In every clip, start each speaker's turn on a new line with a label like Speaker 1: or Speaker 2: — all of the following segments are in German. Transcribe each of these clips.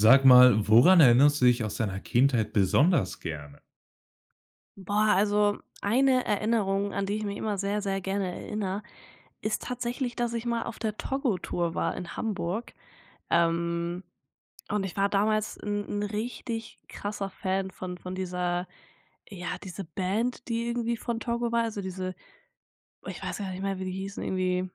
Speaker 1: Sag mal, woran erinnerst du dich aus deiner Kindheit besonders gerne?
Speaker 2: Boah, also eine Erinnerung, an die ich mich immer sehr, sehr gerne erinnere, ist tatsächlich, dass ich mal auf der Togo-Tour war in Hamburg. Ähm, und ich war damals ein 'n richtig krasser Fan von dieser ja, diese Band, die irgendwie von Togo war, also diese ich weiß gar nicht mehr, wie die hießen, irgendwie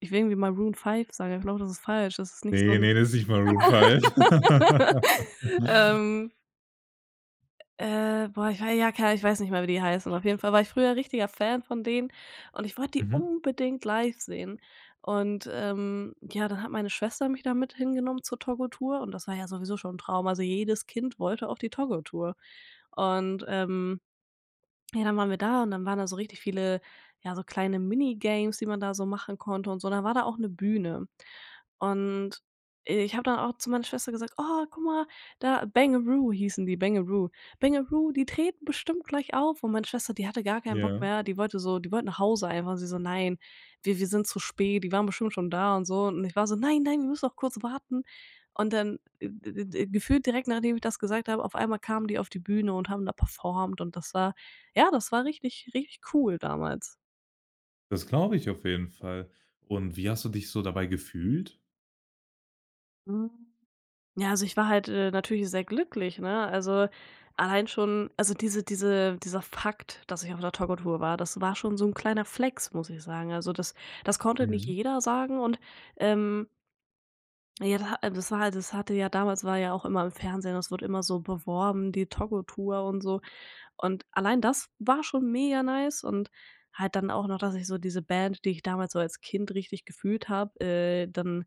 Speaker 2: ich will irgendwie mal Maroon 5 sagen, aber ich glaube, das ist falsch. Das ist nicht so
Speaker 1: Ne,
Speaker 2: ein
Speaker 1: ne, das ist nicht Maroon 5.
Speaker 2: ähm boah, ich wei ja, keine ich weiß nicht mehr, wie die heißen. Auf jeden Fall war ich früher richtiger Fan von denen und ich wollte die
Speaker 1: Mhm.
Speaker 2: unbedingt live sehen. Ja, dann hat meine Schwester mich da mit hingenommen zur Togo-Tour und das war ja sowieso schon ein Traum. Also, jedes Kind wollte auf die Togo-Tour. Und, ähm ja, dann waren wir da und dann waren da so richtig viele, ja, so kleine Minigames, die man da so machen konnte und so. Und dann war da auch eine Bühne. Und ich habe dann auch zu meiner Schwester gesagt: „Oh, guck mal, da.“ Bangaroo hießen die, Bangaroo. „Bangaroo, die treten bestimmt gleich auf.“ Und meine Schwester, die hatte gar keinen Bock
Speaker 1: Ja.
Speaker 2: mehr. Die wollte nach Hause einfach. Und sie so: „Nein, wir sind zu spät. Die waren bestimmt schon da und so.“ Und ich war so: „Nein, nein, wir müssen noch kurz warten.“ Und dann d d gefühlt direkt, nachdem ich das gesagt habe, auf einmal kamen die auf die Bühne und haben da performt und das war ja, das war richtig richtig cool damals.
Speaker 1: Das glaube ich auf jeden Fall. Und wie hast du dich so dabei gefühlt?
Speaker 2: Mhm. Ja, also ich war halt, natürlich sehr glücklich, ne? Also, allein schon also dieser Fakt, dass ich auf der Togo-Tour war, das war schon so ein kleiner Flex, muss ich sagen. Also, das konnte nicht
Speaker 1: Mhm.
Speaker 2: jeder sagen und, ähm, ja, da das war halt das hatte ja damals war ja auch immer im Fernsehen, das wird immer so beworben, die Togo-Tour und so. Und allein das war schon mega nice und halt dann auch noch, dass ich so diese Band, die ich damals so als Kind richtig gefühlt habe, dann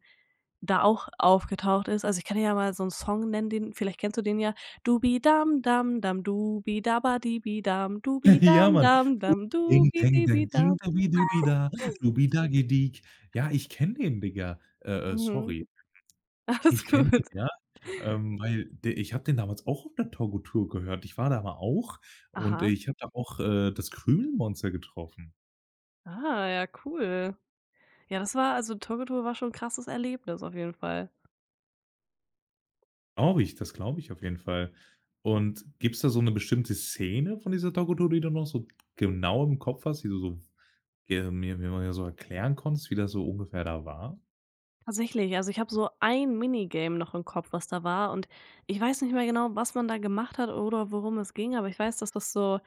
Speaker 2: da auch aufgetaucht ist. Also, ich kann dir ja mal so einen Song nennen, den vielleicht kennst du den ja. Dubidam dam dam dubidabadibidam
Speaker 1: Ja,
Speaker 2: dubidam
Speaker 1: Mann.
Speaker 2: dam dubi dam
Speaker 1: Ding, dang, dang, ding,
Speaker 2: dubidibidam.
Speaker 1: dabidubi-da, dubi-dagi-dig. Ja, ich kenne den, Digga.
Speaker 2: Mhm.
Speaker 1: Sorry.
Speaker 2: Alles
Speaker 1: Ich kenne den,
Speaker 2: gut.
Speaker 1: ja, weil de ich habe den damals auch auf der Togo-Tour gehört. Ich war da mal auch und
Speaker 2: Aha.
Speaker 1: ich habe da auch, das Krümelmonster getroffen.
Speaker 2: Ah, ja, cool. Ja, das war also Togo Tour war schon 'n krasses Erlebnis auf jeden Fall.
Speaker 1: Glaube ich, das glaube ich auf jeden Fall. Und gibt's da so 'ne bestimmte Szene von dieser Doku, die du noch so genau im Kopf hast, die du so ge mir mir mal so erklären konntest, wie das so ungefähr da war?
Speaker 2: Tatsächlich, also ich habe so ein Minigame noch im Kopf, was da war und ich weiß nicht mehr genau, was man da gemacht hat oder worum es ging, aber ich weiß, dass das so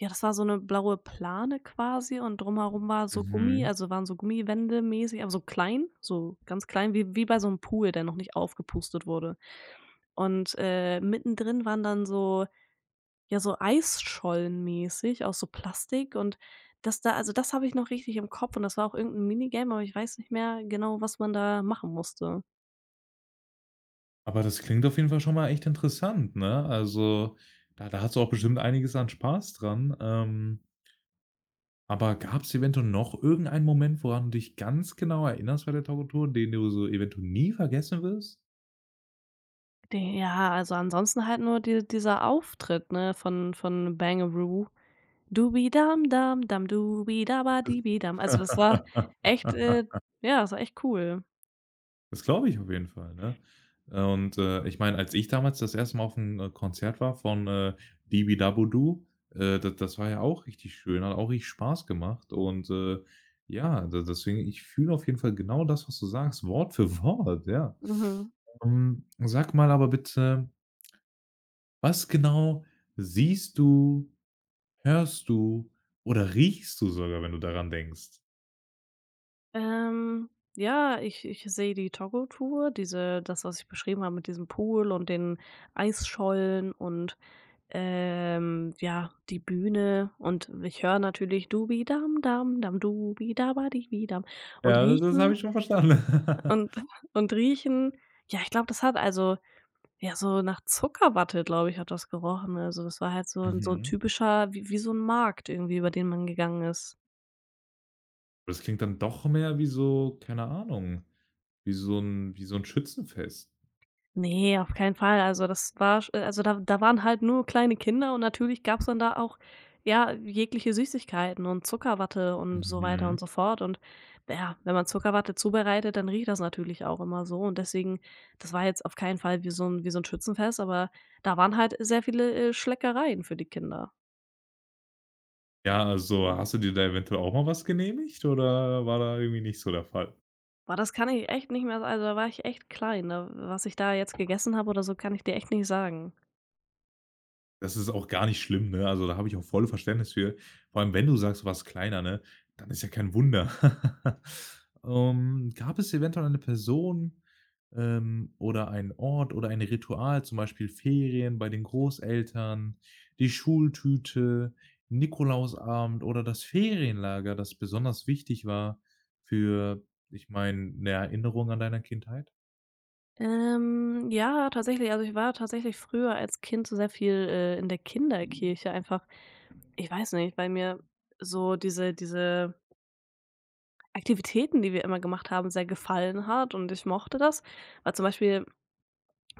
Speaker 2: ja, das war so eine blaue Plane quasi und drumherum war so Gummi
Speaker 1: Mhm.
Speaker 2: also waren so Gummiwände mäßig, aber so klein, so ganz klein, wie bei so einem Pool, der noch nicht aufgepustet wurde. Und, mittendrin waren dann so ja, so Eisschollen mäßig aus so Plastik und das da also das habe ich noch richtig im Kopf und das war auch irgendein Minigame, aber ich weiß nicht mehr genau, was man da machen musste.
Speaker 1: Aber das klingt auf jeden Fall schon mal echt interessant, ne? Also, da hast du auch bestimmt einiges an Spaß dran. Aber gab's eventuell noch irgendeinen Moment, woran du dich ganz genau erinnerst bei der Doku, den du so eventuell nie vergessen wirst?
Speaker 2: De Ja, also ansonsten halt nur dieser Auftritt, ne, von Bangaroo. Dubi dam dam dam dubi dabadibi dam. Also, das war echt, ja, das war echt cool.
Speaker 1: Das glaube ich auf jeden Fall, ne? Und, ich meine, als ich damals das erste Mal auf 'n, Konzert war von, Dibi Dabo da das war ja auch richtig schön, hat auch richtig Spaß gemacht und, ja, de deswegen ich fühle auf jeden Fall genau das, was du sagst, Wort für Wort, ja.
Speaker 2: Mhm.
Speaker 1: Sag mal aber bitte, was genau siehst du, hörst du oder riechst du sogar, wenn du daran denkst?
Speaker 2: Ähm, ja, ich sehe die Togo-Tour, diese das, was ich beschrieben habe mit diesem Pool und den Eisschollen und, ja, die Bühne und ich höre natürlich Dubi dam dam dam dubi dabadibi dam und
Speaker 1: Ja, das habe
Speaker 2: riechen
Speaker 1: ich schon verstanden.
Speaker 2: Und und riechen. Ja, ich glaube, das hat also ja, so nach Zuckerwatte, glaube ich, hat das gerochen. Also, das war halt so 'n
Speaker 1: Mhm.
Speaker 2: typischer wie so 'n Markt irgendwie, über den man gegangen ist.
Speaker 1: Das klingt dann doch mehr wie so, keine Ahnung, wie so 'n Schützenfest.
Speaker 2: Ne, auf keinen Fall. Also, das war sch also, da waren halt nur kleine Kinder und natürlich gab's dann da auch, ja, jegliche Süßigkeiten und Zuckerwatte und so weiter
Speaker 1: Mhm.
Speaker 2: und so fort. Und ja, wenn man Zuckerwatte zubereitet, dann riecht das natürlich auch immer so. Und deswegen, das war jetzt auf keinen Fall wie so 'n Schützenfest, aber da waren halt sehr viele, Schleckereien für die Kinder.
Speaker 1: Ja, also, hast du dir da eventuell auch mal was genehmigt oder war da irgendwie nicht so der Fall?
Speaker 2: Boah, das kann ich echt nicht mehr, also, da war ich echt klein. Da was ich da jetzt gegessen habe oder so, kann ich dir echt nicht sagen.
Speaker 1: Das ist auch gar nicht schlimm, ne? Also, da habe ich auch voll Verständnis für. Vor allem, wenn du sagst, du warst kleiner, ne, dann ist ja kein Wunder. Gab es eventuell eine Person, oder einen Ort oder ein Ritual, zum Beispiel Ferien bei den Großeltern, die Schultüte, Nikolausabend oder das Ferienlager, das besonders wichtig war für ich meine, eine Erinnerung an deiner Kindheit?
Speaker 2: Ja, tatsächlich. Also, ich war tatsächlich früher als Kind so sehr viel, in der Kinderkirche einfach. Ich weiß nicht, weil mir so diese Aktivitäten, die wir immer gemacht haben, sehr gefallen hat und ich mochte das. Weil zum Beispiel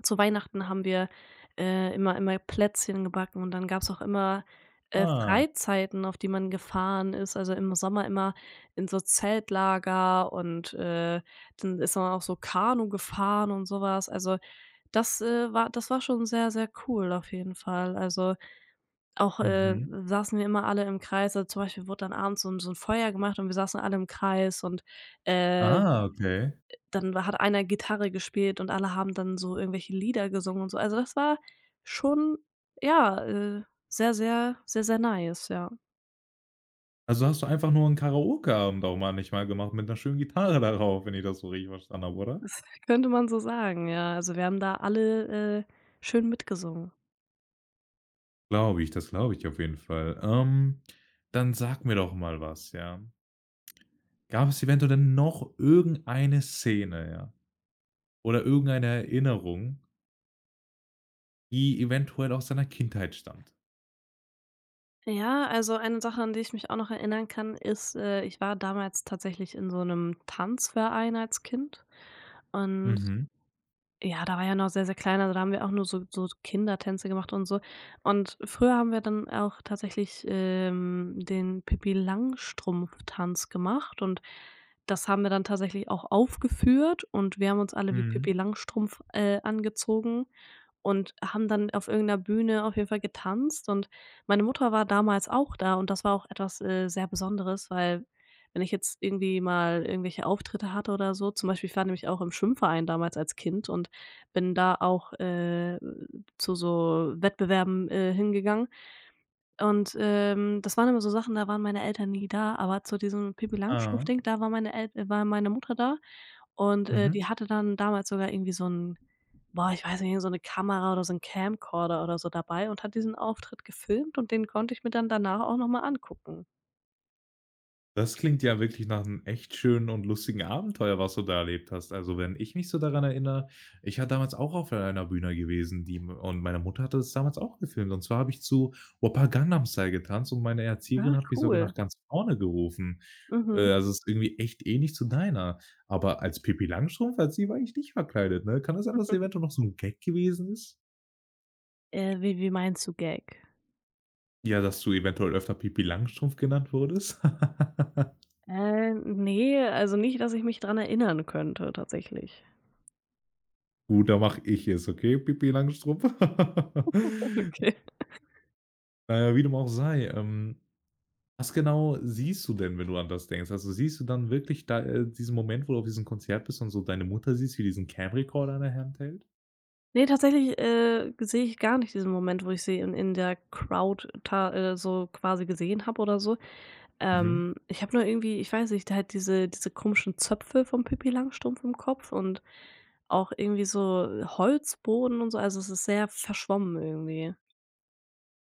Speaker 2: zu Weihnachten haben wir, immer Plätzchen gebacken und dann gab's auch immer,
Speaker 1: Ah.
Speaker 2: Freizeiten, auf die man gefahren ist. Also, im Sommer immer in so Zeltlager und, dann ist man auch so Kanu gefahren und sowas. Also das war schon sehr, sehr cool auf jeden Fall. Also, auch,
Speaker 1: Mhm.
Speaker 2: saßen wir immer alle im Kreis. Also, zum Beispiel wurde dann abends so ein so 'n Feuer gemacht und wir saßen alle im Kreis und, äh,
Speaker 1: Ah, okay.
Speaker 2: dann hat einer Gitarre gespielt und alle haben dann so irgendwelche Lieder gesungen und so. Also, das war schon, ja, sehr, sehr nice, ja.
Speaker 1: Also, hast du einfach nur 'n Karaoke-Abend auch manchmal gemacht mit 'ner schönen Gitarre darauf, wenn ich das so richtig verstanden habe, oder?
Speaker 2: Könnte man so sagen, ja. Also, wir haben da alle, schön mitgesungen.
Speaker 1: Glaube ich, das glaube ich auf jeden Fall. Dann sag mir doch mal was, ja. Gab es eventuell denn noch irgendeine Szene, ja, oder irgendeine Erinnerung, die eventuell aus deiner Kindheit stammt?
Speaker 2: Ja, also eine Sache, an die ich mich auch noch erinnern kann, ist, ich war damals tatsächlich in so einem Tanzverein als Kind und
Speaker 1: Mhm.
Speaker 2: ja, da war ja noch sehr, sehr klein, also da haben wir auch nur so so Kindertänze gemacht und so. Und früher haben wir dann auch tatsächlich, den Pippi-Langstrumpf-Tanz gemacht und das haben wir dann tatsächlich auch aufgeführt und wir haben uns alle wie Pippi
Speaker 1: Mhm.
Speaker 2: Langstrumpf, angezogen und haben dann auf irgendeiner Bühne auf jeden Fall getanzt und meine Mutter war damals auch da und das war auch etwas, sehr Besonderes, weil wenn ich jetzt irgendwie mal irgendwelche Auftritte hatte oder so zum Beispiel ich war nämlich auch im Schwimmverein damals als Kind und bin da auch, zu so Wettbewerben, hingegangen und, das waren immer so Sachen, da waren meine Eltern nie da, aber zu diesem Pippi
Speaker 1: Ah.
Speaker 2: Langstrumpf-Ding, da war meine El war meine Mutter da und,
Speaker 1: Mhm.
Speaker 2: die hatte dann damals sogar irgendwie so ein, boah, ich weiß nicht, so eine Kamera oder so ein Camcorder oder so dabei und hat diesen Auftritt gefilmt und den konnte ich mir dann danach auch noch mal angucken.
Speaker 1: Das klingt ja wirklich nach einem echt schönen und lustigen Abenteuer, was du da erlebt hast. Also, wenn ich mich so daran erinnere, ich war damals auch auf einer Bühne gewesen, die und meine Mutter hatte es damals auch gefilmt. Und zwar habe ich zu Oppa Gangnam Style getanzt und meine Erzieherin
Speaker 2: Ah,
Speaker 1: hat mich sogar
Speaker 2: cool.
Speaker 1: nach ganz vorne gerufen.
Speaker 2: Mhm.
Speaker 1: Also, es ist irgendwie echt ähnlich zu deiner. Aber als Pippi Langstrumpf, als sie war ich nicht verkleidet, ne? Kann das sein, dass das eventuell noch so 'n Gag gewesen ist?
Speaker 2: Wie meinst du Gag?
Speaker 1: Ja, dass du eventuell öfter Pippi Langstrumpf genannt wurdest?
Speaker 2: Ne, also nicht, dass ich mich dran erinnern könnte tatsächlich.
Speaker 1: Gut, da mache ich es, okay, Pipi Langstrumpf.
Speaker 2: Okay.
Speaker 1: Naja, wie dem auch sei, was genau siehst du denn, wenn du an das denkst? Also, siehst du dann wirklich da diesen Moment, wo du auf diesem Konzert bist und so deine Mutter siehst, wie diesen Camcorder in der Hand hält?
Speaker 2: Ne, tatsächlich, sehe ich gar nicht diesen Moment, wo ich sie in der Crowd ta so quasi gesehen habe oder so.
Speaker 1: Mhm.
Speaker 2: Ich habe nur irgendwie ich weiß nicht, halt diese komischen Zöpfe vom Pippi Langstrumpf im Kopf und auch irgendwie so Holzboden und so. Also, es ist sehr verschwommen irgendwie.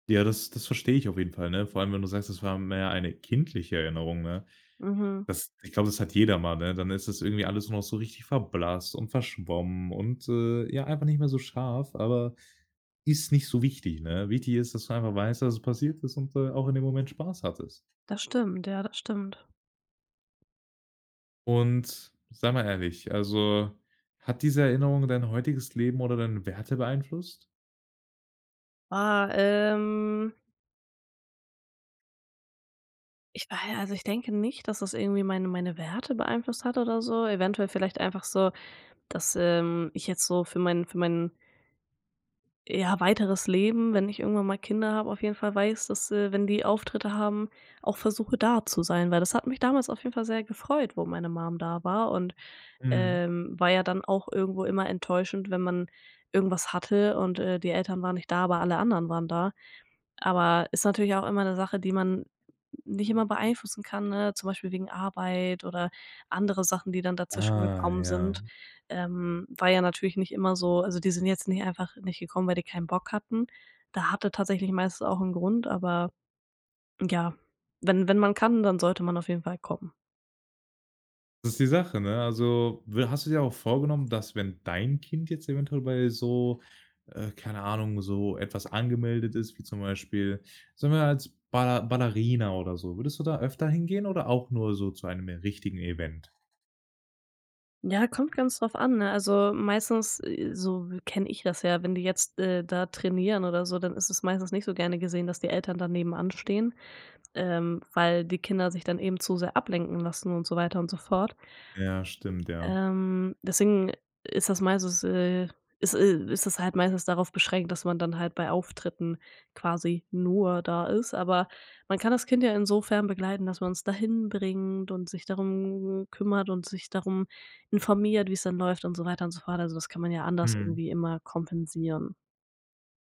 Speaker 1: Ja, das verstehe ich auf jeden Fall, ne? Vor allem, wenn du sagst, das war mehr eine kindliche Erinnerung, ne?
Speaker 2: Mhm.
Speaker 1: Das ich glaube, das hat jeder mal, ne? Dann ist das irgendwie alles nur noch so richtig verblasst und verschwommen und, ja, einfach nicht mehr so scharf, aber ist nicht so wichtig, ne? Wichtig ist, dass du einfach weißt, dass es passiert ist und, auch in dem Moment Spaß hattest.
Speaker 2: Das stimmt, ja, das stimmt.
Speaker 1: Und sei mal ehrlich, also, hat diese Erinnerung dein heutiges Leben oder deine Werte beeinflusst?
Speaker 2: Ah, ähm, Ich weiß, also, ich denke nicht, dass das irgendwie meine Werte beeinflusst hat oder so. Eventuell vielleicht einfach so, dass, ich jetzt so für meinen ja, weiteres Leben, wenn ich irgendwann mal Kinder habe, auf jeden Fall weiß, dass, wenn die Auftritte haben, auch versuche, da zu sein, weil das hat mich damals auf jeden Fall sehr gefreut, wo meine Mom da war und,
Speaker 1: Mhm.
Speaker 2: war ja dann auch irgendwo immer enttäuschend, wenn man irgendwas hatte und, die Eltern waren nicht da, aber alle anderen waren da. Aber ist natürlich auch immer eine Sache, die man nicht immer beeinflussen kann, ne? Zum Beispiel wegen Arbeit oder andere Sachen, die dann dazwischen
Speaker 1: Ah,
Speaker 2: gekommen
Speaker 1: ja.
Speaker 2: sind. War ja natürlich nicht immer so, also, die sind jetzt nicht einfach nicht gekommen, weil die keinen Bock hatten. Da hatte tatsächlich meistens auch 'n Grund, aber ja, wenn man kann, dann sollte man auf jeden Fall kommen.
Speaker 1: Das ist die Sache, ne? Also, w hast du dir auch vorgenommen, dass, wenn dein Kind jetzt eventuell bei so, keine Ahnung, so etwas angemeldet ist, wie zum Beispiel, sagen wir als Ballerina oder so, würdest du da öfter hingehen oder auch nur so zu einem richtigen Event?
Speaker 2: Ja, kommt ganz drauf an, ne? Also, meistens, so kenne ich das ja, wenn die jetzt, da trainieren oder so, dann ist es meistens nicht so gerne gesehen, dass die Eltern da nebenan stehen. Weil die Kinder sich dann eben zu sehr ablenken lassen und so weiter und so fort.
Speaker 1: Ja, stimmt, ja.
Speaker 2: Deswegen ist das meistens, äh ist ist das halt meistens darauf beschränkt, dass man dann halt bei Auftritten quasi nur da ist. Aber man kann das Kind ja insofern begleiten, dass man man's dahin bringt und sich darum kümmert und sich darum informiert, wie es dann läuft und so weiter und so fort. Also, das kann man ja anders
Speaker 1: Mhm.
Speaker 2: irgendwie immer kompensieren.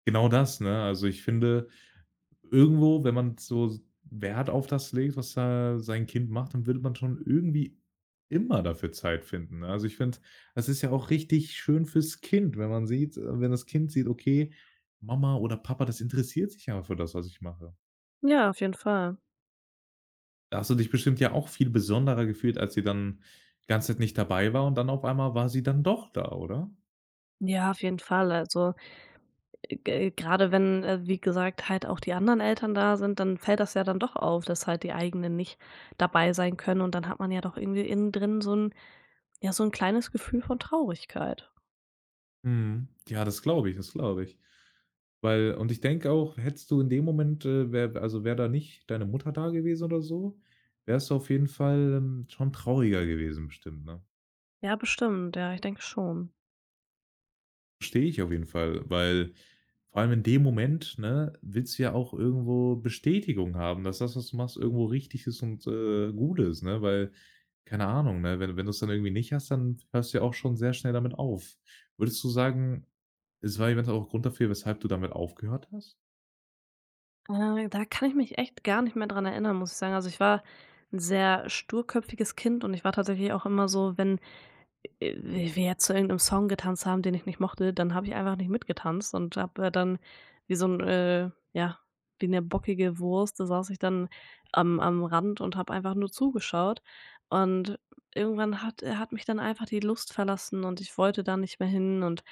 Speaker 1: Genau das, ne? Also, ich finde, irgendwo, wenn man so Wert auf das legt, was da sein Kind macht, dann würde man schon irgendwie immer dafür Zeit finden, ne? Also, ich finde, das ist ja auch richtig schön fürs Kind, wenn man sieht wenn das Kind sieht: „Okay, Mama oder Papa, das interessiert sich ja für das, was ich mache.“
Speaker 2: Ja, auf jeden Fall.
Speaker 1: Da hast du dich bestimmt ja auch viel besonderer gefühlt, als sie dann die ganze Zeit nicht dabei war und dann auf einmal war sie dann doch da, oder?
Speaker 2: Ja, auf jeden Fall. Also G gerade wenn, wie gesagt, halt auch die anderen Eltern da sind, dann fällt das ja dann doch auf, dass halt die eigenen nicht dabei sein können und dann hat man ja doch irgendwie innen drin so ein ja, so ein kleines Gefühl von Traurigkeit.
Speaker 1: Mhm. Ja, das glaube ich, das glaube ich. Weil und ich denke auch, hättest du in dem Moment, wär also wäre da nicht deine Mutter da gewesen oder so, wärst du auf jeden Fall, schon trauriger gewesen bestimmt, ne?
Speaker 2: Ja, bestimmt, ja, ich denke schon.
Speaker 1: Verstehe ich auf jeden Fall, weil vor allem in dem Moment, ne, willst du ja auch irgendwo Bestätigung haben, dass das, was du machst, irgendwo richtig ist und, gut ist, ne? Weil, keine Ahnung, ne, wenn du es dann irgendwie nicht hast, dann hörst du ja auch schon sehr schnell damit auf. Würdest du sagen, es war eventuell auch Grund dafür, weshalb du damit aufgehört hast?
Speaker 2: Da kann ich mich echt gar nicht mehr dran erinnern, muss ich sagen. Also, ich war 'n sehr sturköpfiges Kind und ich war tatsächlich auch immer so, wenn Äh, wir jetzt zu irgendeinem Song getanzt haben, den ich nicht mochte, dann habe ich einfach nicht mitgetanzt und habe, dann wie so 'n ja, wie 'ne bockige Wurst, da saß ich dann am Rand und habe einfach nur zugeschaut. Und irgendwann hat mich dann einfach die Lust verlassen und ich wollte da nicht mehr hin und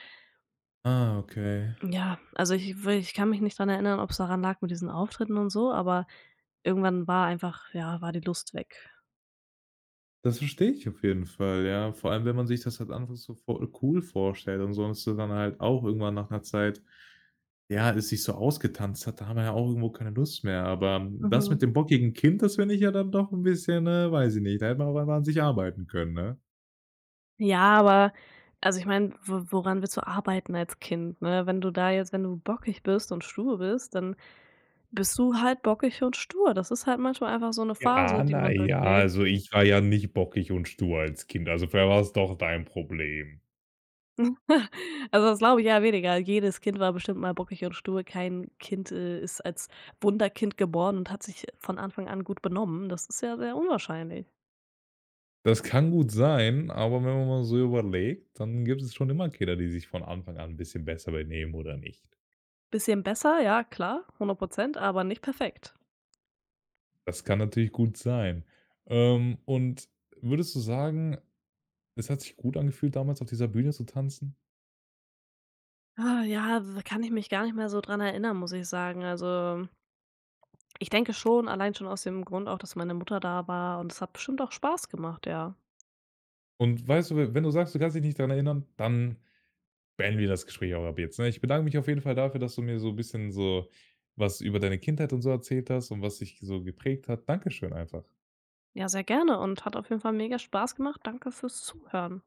Speaker 1: Ah, okay.
Speaker 2: ja, also, ich kann mich nicht dran erinnern, ob es daran lag mit diesen Auftritten und so, aber irgendwann war einfach ja, war die Lust weg.
Speaker 1: Das verstehe ich auf jeden Fall, ja. Vor allem, wenn man sich das halt anfangs so vor cool vorstellt und sonst so dann halt auch irgendwann nach einer Zeit ja, es sich so ausgetanzt hat, da haben wir ja auch irgendwo keine Lust mehr. Aber das mit
Speaker 2: Mhm.
Speaker 1: dem bockigen Kind, das finde ich ja dann doch ein bisschen, weiß ich nicht, da hätte man auch einfach an sich arbeiten können, ne?
Speaker 2: Ja, aber also ich meine, wo woran willst du arbeiten als Kind, ne? Wenn du da jetzt wenn du bockig bist und stur bist, dann bist du halt bockig und stur. Das ist halt manchmal einfach so eine
Speaker 1: Ja,
Speaker 2: Phase, die
Speaker 1: na
Speaker 2: man
Speaker 1: ja, also
Speaker 2: durchlebt.
Speaker 1: ich war ja nicht bockig und stur als Kind, also vielleicht war es doch dein Problem.
Speaker 2: Also, das glaube ich ja weniger. Jedes Kind war bestimmt mal bockig und stur. Kein Kind, ist als Wunderkind geboren und hat sich von Anfang an gut benommen. Das ist ja sehr unwahrscheinlich.
Speaker 1: Das kann gut sein, aber wenn man mal so überlegt, dann gibt es schon immer Kinder, die sich von Anfang an ein bisschen besser benehmen oder nicht.
Speaker 2: Bisschen besser, ja klar, 100%, aber nicht perfekt.
Speaker 1: Das kann natürlich gut sein. Und würdest du sagen, es hat sich gut angefühlt, damals auf dieser Bühne zu tanzen?
Speaker 2: Ah, ja, w Kann ich mich gar nicht mehr so dran erinnern, muss ich sagen. Also ich denke schon, allein schon aus dem Grund auch, dass meine Mutter da war und es hat bestimmt auch Spaß gemacht, ja.
Speaker 1: Und weißt du, we wenn du sagst, du kannst dich nicht daran erinnern, dann beenden wir das Gespräch auch ab jetzt, ne? Ich bedanke mich auf jeden Fall dafür, dass du mir so 'n bisschen so was über deine Kindheit und so erzählt hast und was dich so geprägt hat. Dankeschön einfach.
Speaker 2: Ja, sehr gerne und hat auf jeden Fall mega Spaß gemacht. Danke fürs Zuhören.